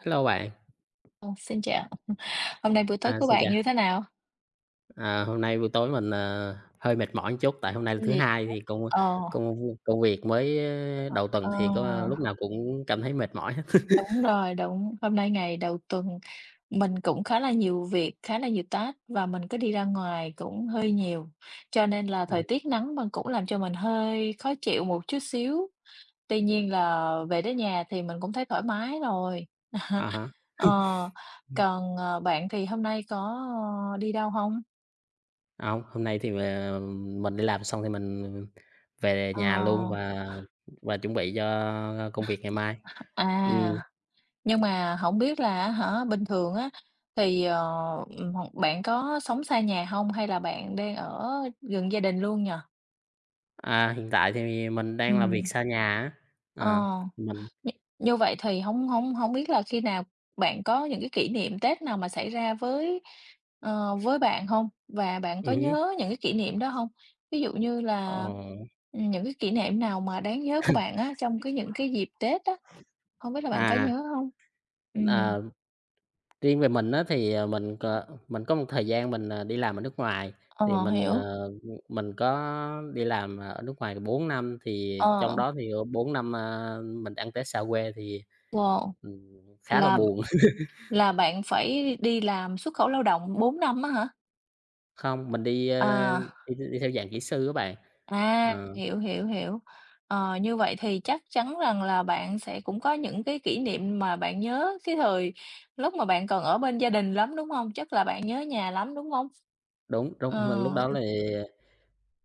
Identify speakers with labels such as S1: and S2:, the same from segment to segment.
S1: Hello bạn.
S2: Ờ, xin chào, hôm nay buổi tối
S1: À,
S2: của
S1: xin
S2: bạn
S1: chào.
S2: như thế nào?
S1: À, hôm nay buổi tối mình hơi mệt mỏi một chút, tại hôm nay là thứ
S2: Gì?
S1: Hai thì công
S2: Ờ,
S1: công công việc mới, đầu tuần
S2: ờ,
S1: thì có lúc nào cũng cảm thấy mệt mỏi hết.
S2: đúng rồi, đúng. Hôm nay ngày đầu tuần mình cũng khá là nhiều việc, khá là nhiều task và mình có đi ra ngoài cũng hơi nhiều, cho nên là
S1: Ừm.
S2: thời tiết nắng mà cũng làm cho mình hơi khó chịu một chút xíu. Tuy nhiên là về đến nhà thì mình cũng thấy thoải mái rồi.
S1: À há.
S2: Ờ,
S1: Ừm.
S2: còn, bạn thì hôm nay có, đi đâu không?
S1: Hông, hôm nay thì mình đi làm xong thì mình về
S2: Ờ,
S1: nhà luôn và chuẩn bị cho công việc ngày mai. Ừm.
S2: à. Nhưng mà không biết là hả, bình thường á thì, hoặc bạn có sống xa nhà không? Hay là bạn đang ở gần gia đình luôn nhỉ?
S1: À, hiện tại thì mình
S2: Ừ,
S1: đang làm việc xa nhà á. Ờ,
S2: ờ,
S1: mình
S2: như như vậy thì không không không biết là khi nào bạn có những cái kỷ niệm Tết nào mà xảy ra với, với bạn không? Và bạn có
S1: ừm
S2: nhớ những cái kỷ niệm đó không? Ví dụ như
S1: ờ,
S2: là, những cái kỷ niệm nào mà đáng nhớ của bạn á, trong cái những cái dịp Tết á, không biết là bạn có
S1: à,
S2: nhớ không? Ừ,
S1: à, ờ, Riêng về mình á thì mình có một thời gian mình đi làm ở nước ngoài, thì
S2: ờ,
S1: mình,
S2: hiểu.
S1: ờ, mình có đi làm ở nước ngoài 4 năm, thì trong
S2: Ờ,
S1: đó thì, 4 năm, mình ăn Tết xa quê thì,
S2: wow.
S1: ừm, khá là
S2: Là
S1: buồn.
S2: là bạn phải đi làm xuất khẩu lao động 4 năm á hả?
S1: Không, mình đi, ơ,
S2: À,
S1: đi đi theo dạng kỹ sư các bạn.
S2: à,
S1: Ờ.
S2: hiểu, hiểu, hiểu. Ờ, như vậy thì chắc chắn rằng là bạn sẽ cũng có những cái kỷ niệm mà bạn nhớ cái thời lúc mà bạn còn ở bên gia đình lắm, đúng không? Chắc là bạn nhớ nhà lắm, đúng không?
S1: Đúng, đúng, mình lúc
S2: Ờ,
S1: đó thì,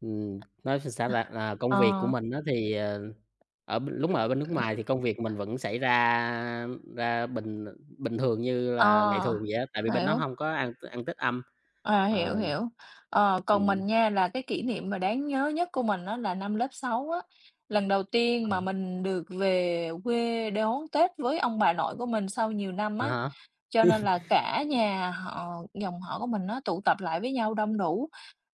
S1: ừm, nói sao ta, là công việc của
S2: ờ,
S1: mình á thì ở bên nước ngoài thì công việc mình vẫn xảy ra ra bình bình thường như là ngày
S2: ờ,
S1: thường vậy á, tại vì bên đó
S2: hiểu.
S1: hông có ăn ăn Tết âm.
S2: À, hiểu,
S1: Ờ.
S2: hiểu. Ờ, còn
S1: Ừm.
S2: mình nha, là cái kỷ niệm mà đáng nhớ nhất của mình đó là năm lớp 6 á, lần đầu tiên
S1: Ờ.
S2: mà mình được về quê để đón Tết với ông bà nội của mình sau nhiều năm
S1: À
S2: á,
S1: há.
S2: cho nên là cả nhà họ dòng họ của mình nó tụ tập lại với nhau đông đủ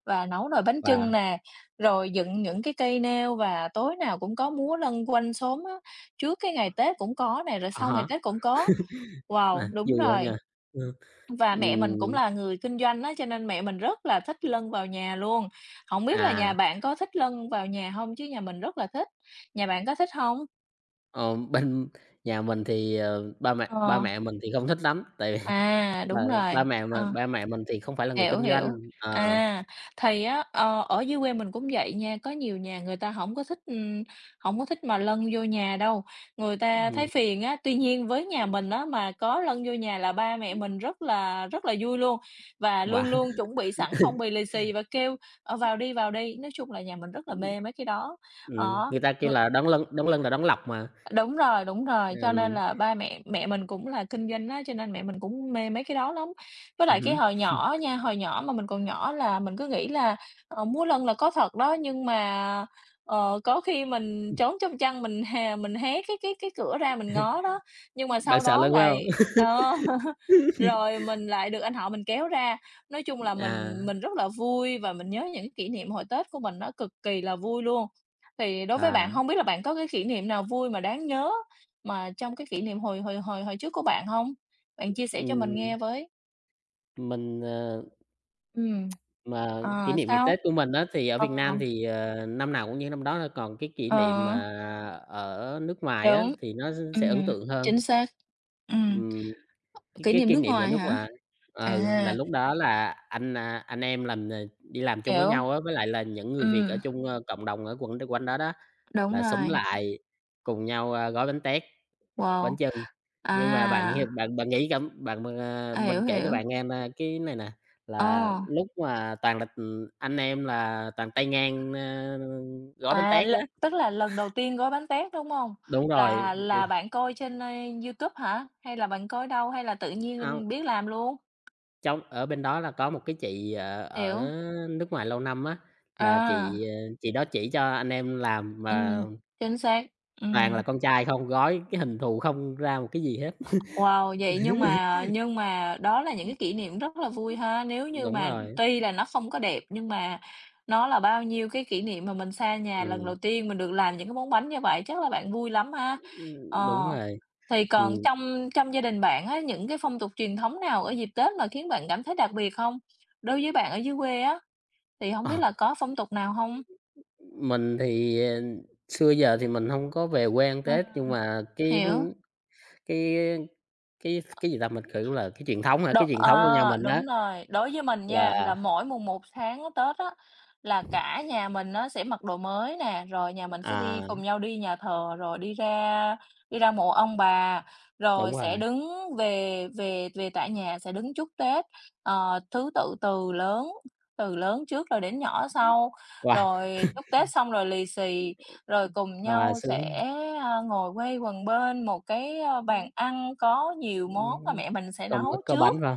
S2: và nấu nồi bánh chưng
S1: và
S2: nè, rồi dựng những cái cây nêu và tối nào cũng có múa lân quanh xóm á, trước cái ngày Tết cũng có nè, rồi
S1: à
S2: sau
S1: há,
S2: ngày Tết cũng có.
S1: à,
S2: Wow,
S1: vui
S2: đúng
S1: quá
S2: rồi.
S1: nha. Ừm.
S2: Và mẹ mình cũng
S1: Ừm.
S2: là người kinh doanh á, cho nên mẹ mình rất là thích lân vào nhà luôn. Hổng biết là nhà
S1: À.
S2: bạn có thích lân vào nhà hông chứ nhà mình rất là thích. Nhà bạn có thích hông?
S1: ờ, Bên nhà mình thì ba mẹ ba
S2: Ờ,
S1: mẹ mình thì không thích lắm, tại vì
S2: à,
S1: ba
S2: đúng rồi, ờ.
S1: ba mẹ mình thì không phải là người
S2: Hiểu,
S1: kinh doanh.
S2: hiểu.
S1: ờ,
S2: À, thì á, ở dưới quê mình cũng vậy nha, có nhiều nhà người ta không có thích, hổng có thích mà lân vô nhà đâu, người ta thấy
S1: ừm.
S2: phiền á. Tuy nhiên với nhà mình á, mà có lân vô nhà là ba mẹ mình rất là vui luôn, và
S1: Wow!
S2: luôn luôn chuẩn bị sẵn phong bì lì xì và kêu: "Ờ, vào đi, vào đi." Nói chung là nhà mình rất là mê mấy cái đó.
S1: Ừm.
S2: Đó.
S1: Người ta kêu là đón lân là đón lọc mà.
S2: Đúng rồi, cho nên
S1: Ừm.
S2: là ba mẹ mẹ mình cũng là kinh doanh á, cho nên mẹ mình cũng mê mấy cái đó lắm. Với
S1: Ừm
S2: lại cái
S1: hứm.
S2: hồi nhỏ á nha, hồi nhỏ mà mình còn nhỏ là mình cứ nghĩ là, múa lân là có thật đó, nhưng mà, có khi mình trốn trong chăn mình hà mình hé cái cửa ra mình ngó đó, nhưng mà
S1: Bạn
S2: sau
S1: sợ
S2: đó
S1: lân phải hông?
S2: lại rồi mình lại được anh họ mình kéo ra. Nói chung là
S1: À.
S2: mình rất là vui và mình nhớ những kỷ niệm hồi Tết của mình nó cực kỳ là vui luôn. Thì đối với bạn,
S1: À.
S2: không biết là bạn có cái kỷ niệm nào vui mà đáng nhớ mà trong cái kỷ niệm hồi hồi hồi hồi trước của bạn hông? Bạn chia sẻ cho mình
S1: ừm,
S2: nghe với.
S1: mình, ờ,
S2: Ừm,
S1: mà kỷ
S2: ờ,
S1: niệm ngày
S2: sao?
S1: Tết của mình á, thì ở
S2: Ờ,
S1: Việt Nam thì năm nào cũng như năm đó thôi, còn cái kỷ niệm
S2: ờ,
S1: mà ở nước ngoài á,
S2: đúng,
S1: thì nó sẽ ấn
S2: ừm,
S1: tượng hơn.
S2: chính xác. Ừm,
S1: Ừm, cái
S2: kỷ
S1: cái
S2: niệm
S1: kỷ
S2: nước
S1: niệm ở
S2: ngoài
S1: nước
S2: hả?
S1: ngoài. Là
S2: À,
S1: lúc đó là anh em làm, đi làm chung với
S2: hiểu,
S1: nhau á, với lại là những người Việt ở
S2: ừm,
S1: chung, cộng đồng ở quận quanh đó đó,
S2: đúng
S1: là xúm
S2: rồi,
S1: lại cùng nhau, gói bánh tét, bánh
S2: wow,
S1: chưng. Nhưng mà bạn nghe
S2: à,
S1: bạn bạn nghĩ cảm bạn m mình
S2: hiểu,
S1: kể cho
S2: hiểu,
S1: bạn nghe na cái này nè, là
S2: ờ.
S1: lúc mà toàn là, anh em là toàn tay ngang, gói bánh
S2: À,
S1: tét á.
S2: tức là lần đầu tiên gói bánh tét, đúng hông?
S1: Đúng rồi.
S2: Là bạn coi trên, YouTube hả? Hay là bạn coi đâu? Hay là tự
S1: Hông,
S2: nhiên biết làm luôn?
S1: ở bên đó là có một cái chị ở ở
S2: Hiểu.
S1: nước ngoài lâu năm á, là
S2: À,
S1: chị đó chỉ cho anh em làm mà
S2: ừm, chính xác.
S1: toàn là
S2: Ừm.
S1: con trai không, gói cái hình thù không ra một cái gì hết.
S2: Wow, vậy nhưng mà đó là những cái kỷ niệm rất là vui ha. Nếu như
S1: Đúng
S2: mà
S1: rồi.
S2: tuy là nó không có đẹp nhưng mà nó là bao nhiêu cái kỷ niệm mà mình xa nhà lần
S1: Ừm.
S2: đầu tiên mình được làm những cái món bánh như vậy, chắc là bạn vui lắm ha?
S1: Ưm, đúng
S2: Ờ.
S1: rồi.
S2: Thì còn
S1: Ừm.
S2: trong trong gia đình bạn á, những cái phong tục truyền thống nào ở dịp Tết mà khiến bạn cảm thấy đặc biệt không? Đối với bạn ở dưới quê á, thì không
S1: Ờ,
S2: biết là có phong tục nào không?
S1: mình thì xưa giờ thì mình không có về quê ăn
S2: Ờ,
S1: Tết, nhưng mà
S2: hiểu.
S1: cái cái gì ta, mình, kiểu là, cái truyền thống hả?
S2: Đ
S1: Cái truyền thống của nhà
S2: ờ,
S1: mình đó
S2: đúng rồi. Đối với mình nha,
S1: là
S2: là mỗi mùng một tháng Tết á, là cả nhà mình á sẽ mặc đồ mới nè, rồi nhà mình sẽ
S1: à,
S2: đi cùng nhau đi nhà thờ, rồi đi ra mộ ông bà,
S1: đúng
S2: rồi sẽ
S1: rồi,
S2: đứng về về về tại nhà sẽ đứng chúc Tết, thứ tự từ lớn trước rồi đến nhỏ sau,
S1: quà
S2: rồi chúc Tết xong rồi lì xì rồi cùng
S1: quà
S2: nhau
S1: sướng,
S2: sẽ, ngồi quây quần bên một cái, bàn ăn có nhiều món
S1: ưm,
S2: mà mẹ mình sẽ
S1: có
S2: nấu
S1: có
S2: trước.
S1: bánh phải.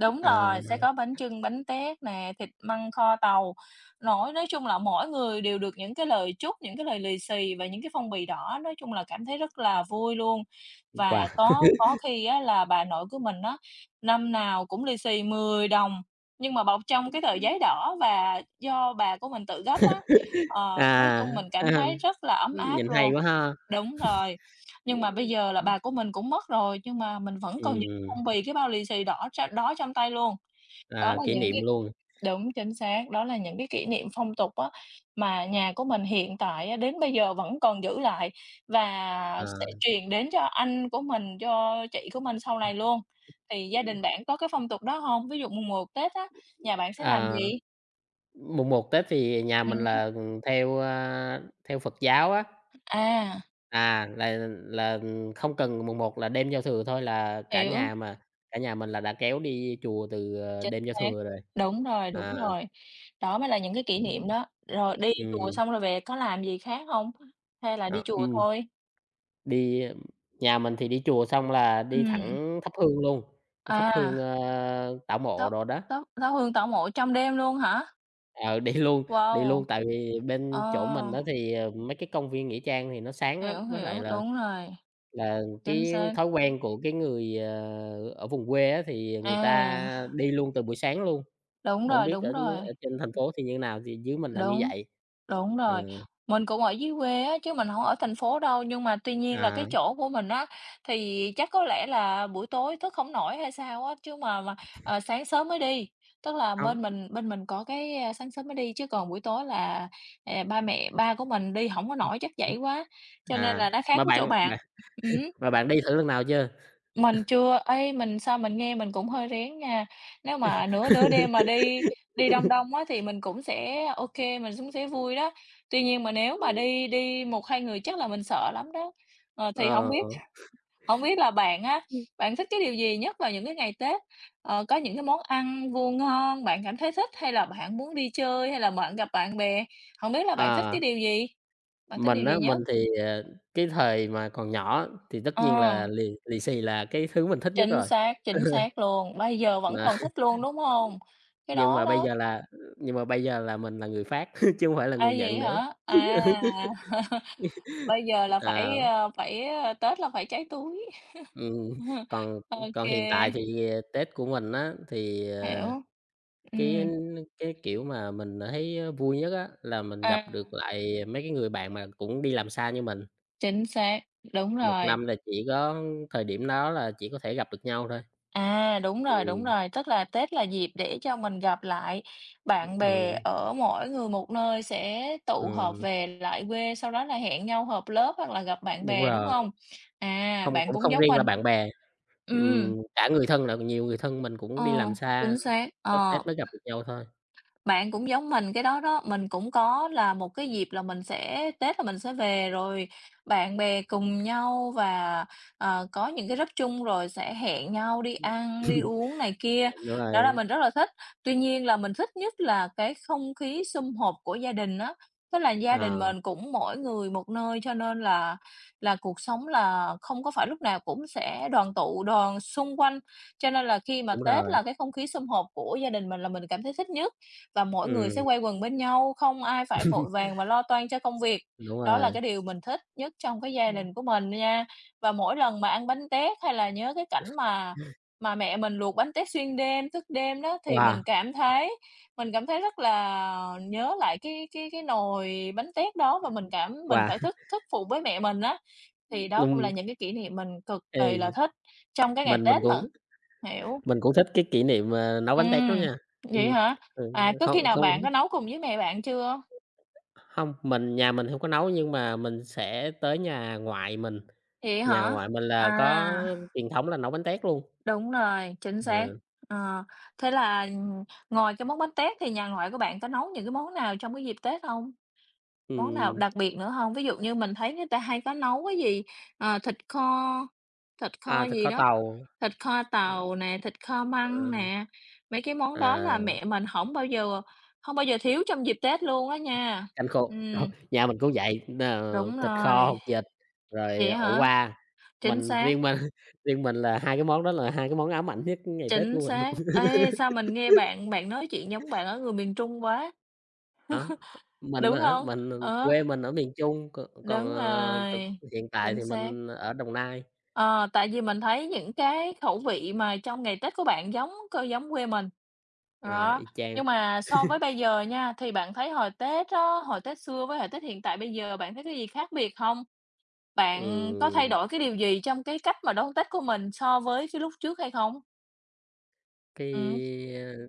S2: Đúng
S1: À,
S2: rồi, sẽ có bánh chưng, bánh tét nè, thịt măng kho tàu. Nói chung là mỗi người đều được những cái lời chúc, những cái lời lì xì và những cái phong bì đỏ, nói chung là cảm thấy rất là vui luôn. Và
S1: quà.
S2: có khi á là bà nội của mình á, năm nào cũng lì xì 10 đồng, nhưng mà bọc trong cái tờ giấy đỏ và do bà của mình tự gấp á. Ờ, nói
S1: À.
S2: chung mình cảm
S1: À,
S2: thấy rất là ấm áp
S1: nhìn hay
S2: luôn.
S1: quá ha.
S2: Đúng rồi, nhưng mà bây giờ là
S1: Ừm.
S2: bà của mình cũng mất rồi, nhưng mà mình vẫn còn giữ
S1: Ừm.
S2: phong bì cái bao lì xì đỏ đó trong tay luôn. Đó
S1: À,
S2: là
S1: kỷ
S2: những
S1: niệm
S2: cái
S1: luôn.
S2: đúng, chính xác, đó là những cái kỷ niệm phong tục á, mà nhà của mình hiện tại á, đến bây giờ vẫn còn giữ lại và
S1: À.
S2: sẽ truyền đến cho anh của mình, cho chị của mình sau này luôn. Thì gia đình bạn có cái phong tục đó hông? Ví dụ mùng một Tết á, nhà bạn sẽ làm
S1: À.
S2: gì?
S1: Mùng một Tết thì nhà mình
S2: Ừm,
S1: là, theo Phật giáo á.
S2: à,
S1: À, là không cần mùng một là đêm giao thừa thôi là
S2: hiểu.
S1: cả nhà mình là đã kéo đi chùa từ,
S2: Chính
S1: đêm giao
S2: xác,
S1: thừa rồi.
S2: đúng rồi,
S1: À.
S2: đúng rồi. Đó mới là những cái kỷ niệm đó. Rồi đi chùa
S1: Ừm.
S2: xong rồi về có làm gì khác hông? Hay là đi
S1: Ờ.
S2: chùa
S1: Ừm.
S2: thôi?
S1: đi Nhà mình thì đi chùa xong là đi
S2: Ừm,
S1: thẳng thắp hương luôn, đi thắp hương,
S2: à,
S1: ơ, tạo mộ
S2: thắp
S1: đồ đó.
S2: thắp thắp hương tảo mộ trong đêm luôn hả?
S1: Ờ, đi luôn
S2: Wow!
S1: tại vì bên chỗ mình
S2: Ờ,
S1: á thì mấy cái công viên nghĩa trang thì nó sáng
S2: hiểu,
S1: lắm, với lại
S2: hiểu,
S1: là.
S2: đúng rồi,
S1: Là
S2: chính
S1: cái
S2: xác.
S1: thói quen của cái người ở vùng quê á thì người
S2: À,
S1: ta đi luôn từ buổi sáng luôn,
S2: đúng
S1: hổng
S2: rồi,
S1: biết
S2: đúng
S1: ở
S2: rồi,
S1: ở trên thành phố thì như nào, thì dưới mình là như
S2: đúng.
S1: vậy.
S2: Đúng rồi,
S1: Ừ.
S2: mình cũng ở dưới quê á, chứ mình không ở thành phố đâu, nhưng mà tuy nhiên là
S1: À.
S2: cái chỗ của mình á, thì chắc có lẽ là buổi tối thức không nổi hay sao á, chứ mà, sáng sớm mới đi. Tức là
S1: Hông.
S2: bên mình có cái, sáng sớm mới đi, chứ còn buổi tối là, ba của mình đi không có
S1: Ừm.
S2: nổi chắc
S1: Ừm.
S2: trễ quá, cho nên
S1: À,
S2: là nó khác
S1: mà
S2: với chỗ
S1: bạn
S2: bạn.
S1: bạn
S2: Ừm.
S1: mà bạn đi thử lần nào chưa?
S2: Mình chưa, ấy mình sao mình nghe mình cũng hơi rén nha. Nếu mà nửa nửa đêm mà đi đi đông đông á thì mình cũng sẽ ok mình cũng sẽ vui đó. Tuy nhiên mà nếu mà đi đi một 2 người chắc là mình sợ lắm đó. Ờ, thì không
S1: Ờ.
S2: biết không biết là bạn á, bạn thích cái điều gì nhất vào những cái ngày Tết? Ờ, có những cái món ăn vô ngon bạn cảm thấy thích, hay là bạn muốn đi chơi, hay là bạn gặp bạn bè? Không biết là bạn thích
S1: À,
S2: cái điều gì? Bạn thích điều gì
S1: mình
S2: nhất?
S1: thì cái thời mà còn nhỏ thì tất
S2: Ờ.
S1: nhiên là lì lì xì là cái thứ mình thích nhất rồi,
S2: Chính xác luôn, bây giờ vẫn
S1: mà
S2: còn thích luôn, đúng hông? Cái
S1: nhưng
S2: đó
S1: mà bây
S2: đó
S1: giờ là nhưng mà bây giờ là mình là người phát chứ hông phải là
S2: à,
S1: người nhận
S2: vậy
S1: nữa.
S2: hả? À, bây giờ là
S1: À.
S2: Tết là phải cháy túi.
S1: Ừm. còn
S2: Ô
S1: còn
S2: kê,
S1: hiện tại thì Tết của mình á,
S2: hiểu.
S1: cái
S2: Ừm,
S1: kiểu, mà mình thấy vui nhất á, là mình gặp
S2: à,
S1: được lại mấy cái người bạn mà cũng đi làm xa như mình.
S2: chính xác, đúng
S1: Một
S2: rồi.
S1: năm là chỉ có thời điểm đó là chỉ có thể gặp được nhau thôi.
S2: À, đúng
S1: Ừm.
S2: rồi, tức là Tết là dịp để cho mình gặp lại bạn bè
S1: Ừm.
S2: ở mỗi người một nơi sẽ tụ họp
S1: Ừm,
S2: về lại quê, sau đó là hẹn nhau họp lớp hoặc là gặp bạn
S1: đúng
S2: bè, đúng
S1: rồi,
S2: không? À,
S1: không
S2: bạn
S1: cũng
S2: cũng
S1: không
S2: giống
S1: riêng là
S2: mình.
S1: bạn bè,
S2: Ừm,
S1: ừm, cả người thân là nhiều người thân mình cũng đi
S2: ờ,
S1: làm xa,
S2: chính xác,
S1: có
S2: ờ.
S1: Tết mới gặp được nhau thôi.
S2: Bạn cũng giống mình cái đó đó, mình cũng có là một cái dịp là mình sẽ Tết là mình sẽ về rồi bạn bè cùng nhau và, có những cái group chung rồi sẽ hẹn nhau đi ăn, đi uống này
S1: Ờ,
S2: kia,
S1: đúng
S2: đó là
S1: rồi.
S2: mình rất là thích. Tuy nhiên là mình thích nhất là cái không khí sum họp của gia đình á, tức là gia đình
S1: Ờ,
S2: mình cũng mỗi người một nơi cho nên là cuộc sống là không có phải lúc nào cũng sẽ đoàn tụ, đoàn xung quanh, cho nên là khi mà
S1: đúng
S2: Tết
S1: rồi.
S2: là cái không khí sum họp của gia đình mình là mình cảm thấy thích nhất và mỗi người sẽ
S1: Ừm,
S2: quây quần bên nhau, không ai phải vội vàng và lo toan cho công việc.
S1: đúng
S2: Đó là
S1: rồi.
S2: cái điều mình thích nhất trong cái gia đình của mình nha. Và mỗi lần mà ăn bánh tét hay là nhớ cái cảnh mà mẹ mình luộc bánh tét xuyên đêm, thức đêm đó thì
S1: Wow,
S2: mình cảm thấy rất là nhớ lại cái nồi bánh tét đó và mình cảm mình
S1: wow,
S2: phải thức thức phụ với mẹ mình á. Thì đó cũng là
S1: đúng.
S2: những cái kỷ niệm mình cực
S1: Ê,
S2: kỳ là thích trong cái ngày
S1: mình mình
S2: Tết mà.
S1: cũng
S2: Hiểu.
S1: mình cũng thích cái kỷ niệm, nấu bánh tét lắm
S2: Ừm,
S1: nha.
S2: vậy
S1: Ừm.
S2: hả?
S1: Ừ.
S2: À, có khi
S1: Không,
S2: nào
S1: không,
S2: bạn có nấu cùng với mẹ bạn chưa?
S1: hông, nhà mình hông có nấu nhưng mà mình sẽ tới
S2: Vậy
S1: nhà
S2: hả?
S1: ngoại mình là có
S2: À,
S1: truyền thống là nấu bánh tét luôn.
S2: đúng rồi, chính xác.
S1: Ờ.
S2: Ờ, thế là, ngoài cái món bánh tét thì nhà ngoại của bạn có nấu những cái món nào trong cái dịp Tết không? Món nào
S1: Ừm.
S2: đặc biệt nữa không? Ví dụ như mình thấy người ta hay có nấu cái gì, ờ, thịt kho
S1: À, thịt
S2: gì
S1: kho
S2: đó,
S1: tàu.
S2: thịt kho
S1: Ờ.
S2: tàu nè, thịt kho
S1: Ờ.
S2: măng nè, mấy cái món đó
S1: À,
S2: là mẹ mình không bao giờ không bao giờ thiếu trong dịp Tết luôn á nha.
S1: canh khô,
S2: Ừm,
S1: nhà mình cũng vậy,
S2: đúng
S1: thịt kho,
S2: rồi.
S1: hột vịt, rồi
S2: Vậy
S1: ủ
S2: hả?
S1: qua.
S2: Chính
S1: Mình
S2: xác,
S1: riêng mình riêng mình là hai cái món đó là hai cái món ám ảnh nhất ngày Tết
S2: chính
S1: của mình.
S2: xác. Ê, sao mình nghe bạn bạn nói chuyện giống bạn ở người miền Trung quá,
S1: Hả? Mình á
S2: đúng
S1: hả?
S2: hông? Ờ,
S1: Quê mình ở miền Trung, còn còn,
S2: đúng
S1: ờ, thực
S2: rồi,
S1: hiện tại
S2: chính
S1: thì
S2: xác.
S1: mình ở Đồng Nai,
S2: Ờ, tại vì mình thấy những cái khẩu vị mà trong ngày Tết của bạn giống c giống quê mình.
S1: ờ,
S2: Đó,
S1: y chang.
S2: nhưng mà so với bây giờ nha, thì bạn thấy hồi Tết á, hồi Tết xưa với hồi Tết hiện tại bây giờ bạn thấy cái gì khác biệt hông? Bạn có thay
S1: Ừm,
S2: đổi cái điều gì trong cái cách mà đón Tết của mình so với cái lúc trước hay không?
S1: cái,
S2: Ừm.
S1: ơ,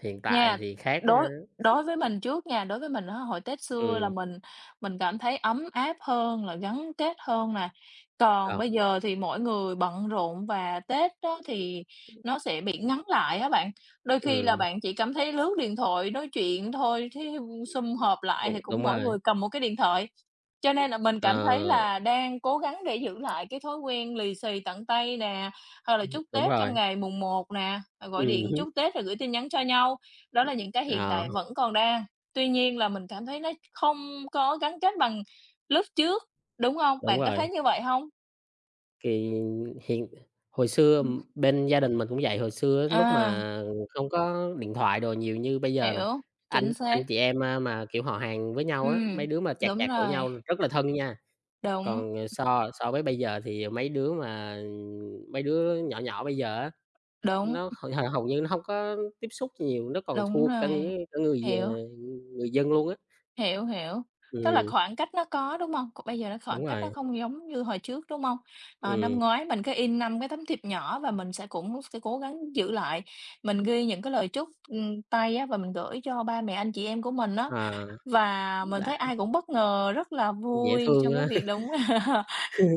S1: hiện tại
S2: Nha,
S1: thì khác,
S2: đối đối với mình trước nha, đối với mình á, hồi Tết xưa là mình cảm thấy ấm áp hơn, là gắn kết hơn nè. Còn
S1: ờ,
S2: bây giờ thì mỗi người bận rộn và Tết đó thì nó sẽ bị ngắn lại á bạn. Đôi khi là
S1: ừm,
S2: bạn chỉ cảm thấy lướt điện thoại, nói chuyện thôi, thế sum họp lại thì
S1: Cũng đúng
S2: cũng mỗi
S1: rồi.
S2: người cầm một cái điện thoại. Cho nên là mình cảm thấy
S1: Ờ,
S2: là đang cố gắng để giữ lại cái thói quen lì xì tận tay nè, hoặc là chúc
S1: đúng
S2: Tết trong
S1: rồi.
S2: ngày mùng một nè, gọi
S1: Ừm
S2: điện
S1: hứm.
S2: chúc Tết rồi gửi tin nhắn cho nhau. Đó là những cái hiện
S1: Ờ,
S2: tại vẫn còn đang, tuy nhiên là mình cảm thấy nó không có gắn kết bằng lúc trước, đúng hông?
S1: đúng
S2: Bạn có
S1: rồi.
S2: thấy như vậy hông?
S1: Thì hiện hồi xưa
S2: Ừm.
S1: bên gia đình mình cũng vậy, hồi xưa á lúc
S2: À,
S1: mà không có điện thoại đồ nhiều như bây giờ nè,
S2: hiểu,
S1: anh
S2: chính xác,
S1: anh chị em, mà, kiểu, họ hàng với nhau á, mấy
S2: ừm,
S1: đứa mà chạc
S2: đúng
S1: chạc tuổi
S2: rồi,
S1: nhau rất là thân nha.
S2: đúng,
S1: Còn so so với bây giờ thì mấy đứa nhỏ nhỏ bây giờ á,
S2: đúng,
S1: nó h h hầu như nó không có tiếp xúc nhiều, nó còn
S2: đúng
S1: thua
S2: rồi,
S1: cả người,
S2: hiểu,
S1: ờ, người dân luôn á.
S2: hiểu, hiểu. Tức là
S1: Ừm,
S2: khoảng cách nó có, đúng hông? Còn bây giờ nó khoảng
S1: đúng
S2: cách
S1: rồi.
S2: nó không giống như hồi trước, đúng hông? Ờ,
S1: Ừm.
S2: năm ngoái mình có in 5 cái tấm thiệp nhỏ và mình sẽ cũng sẽ cố gắng giữ lại, mình ghi những cái lời chúc, tay á và mình gửi cho ba mẹ anh chị em của mình á.
S1: Ờ,
S2: Và mình
S1: đã
S2: thấy ai cũng bất ngờ, rất là
S1: dễ
S2: vui
S1: thương
S2: trong cái
S1: á.
S2: việc đúng.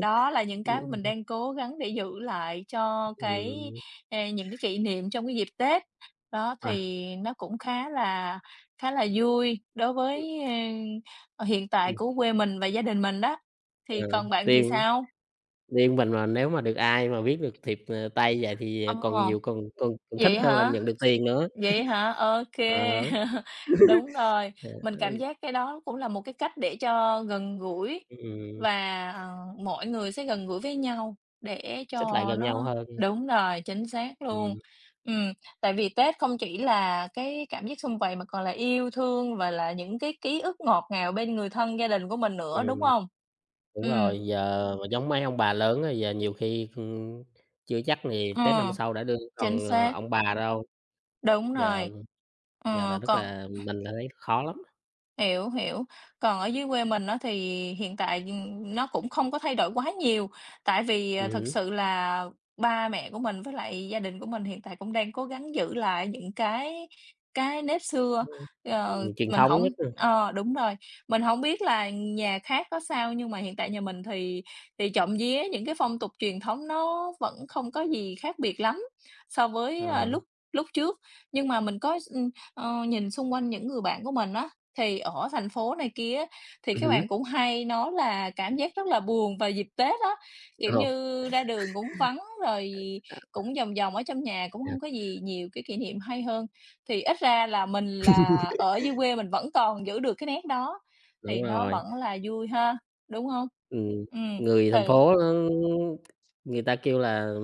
S2: Đó là những cái mình
S1: Ừm.
S2: đang cố gắng để giữ lại cho cái,
S1: Ừm.
S2: ờ, những cái kỷ niệm trong cái dịp Tết. Đó,
S1: À.
S2: thì nó cũng khá là vui đối với, ờ, hiện tại
S1: Ừm.
S2: của quê mình và gia đình mình đó. Thì
S1: Ừ,
S2: còn bạn thì
S1: riêng
S2: sao?
S1: riêng mình mà nếu mà được ai mà viết được thiệp, tay vậy thì, còn
S2: Ờ,
S1: nhiều còn còn còn thích
S2: vậy
S1: hơn là
S2: hả?
S1: nhận được tiền nữa.
S2: Vậy hả? OK.
S1: Đó.
S2: Đúng rồi,
S1: ờ,
S2: mình cảm giác cái đó cũng là một cái cách để cho gần gũi
S1: ừm,
S2: và, ờ, mọi người sẽ gần gũi với nhau để
S1: Xích lại
S2: cho
S1: gần nhau
S2: nó
S1: hơn.
S2: đúng rồi, chính xác luôn.
S1: Ừm.
S2: Ừm, tại vì Tết không chỉ là cái cảm giác sum vầy mà còn là yêu thương và là những cái ký ức ngọt ngào bên người thân, gia đình của mình nữa,
S1: Ừm,
S2: đúng không?
S1: đúng
S2: Ừm,
S1: rồi, giờ mà giống mấy ông bà lớn á, giờ nhiều khi, chưa chắc thì Tết năm
S2: ờ,
S1: sau đã đương
S2: chính
S1: còn,
S2: xác,
S1: ông bà đâu,
S2: đúng
S1: giờ
S2: rồi.
S1: giờ là
S2: Ờ,
S1: rất
S2: còn
S1: là mình là thấy khó lắm.
S2: hiểu, hiểu. Còn ở dưới quê mình nó thì hiện tại, ừ, nó cũng không có thay đổi quá nhiều, tại vì, à, thực
S1: Hứm.
S2: sự là ba mẹ của mình với lại gia đình của mình hiện tại cũng đang cố gắng giữ lại những cái nếp xưa.
S1: Ừm.
S2: Ờ,
S1: Ừm, truyền
S2: mình
S1: thống
S2: không
S1: nhất. Ừm.
S2: ờ, đúng rồi, mình không biết là nhà khác có sao, nhưng mà hiện tại nhà mình thì trộm vía những cái phong tục truyền thống nó vẫn không có gì khác biệt lắm so với, a,
S1: Ờ.
S2: lúc lúc trước. Nhưng mà mình có s ờ, nhìn xung quanh những người bạn của mình á, thì ở thành phố này kia á, thì
S1: Ừm
S2: các
S1: hứm.
S2: bạn cũng hay nói là cảm giác rất là buồn vào dịp Tết á, kiểu
S1: Ờ.
S2: như, ra đường cũng vắng, rồi
S1: À.
S2: cũng vòng vòng ở trong nhà cũng
S1: À,
S2: không có gì nhiều cái kỷ niệm hay hơn. Thì ít ra là mình là ở dưới quê mình vẫn còn giữ được cái nét đó,
S1: đúng
S2: thì nó
S1: rồi.
S2: vẫn là vui ha, đúng không?
S1: Ừm,
S2: Ừ.
S1: người
S2: Thì
S1: thành phố nó người ta kêu là,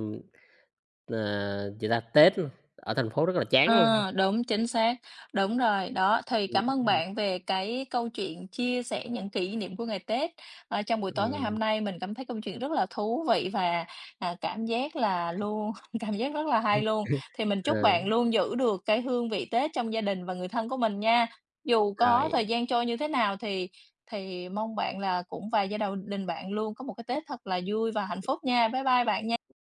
S1: Tết ở thành phố rất là chán luôn.
S2: ờ, đúng, chính xác, đúng rồi, đó, thì
S1: Ừm.
S2: cảm ơn
S1: Ừm.
S2: bạn về cái câu chuyện chia sẻ những kỷ niệm của ngày Tết, ờ, trong buổi tối ngày
S1: Ừm.
S2: hôm nay. Mình cảm thấy câu chuyện rất là thú vị và, à, cảm giác là luôn cảm giác rất là hay luôn. Thì mình chúc
S1: Ờ,
S2: bạn luôn giữ được cái hương vị Tết trong gia đình và người thân của mình nha. Dù có
S1: rồi.
S2: thời gian trôi như thế nào thì mong bạn là cũng và gia đầu đình bạn luôn có một cái Tết thật là vui và hạnh phúc nha. Bye bye bạn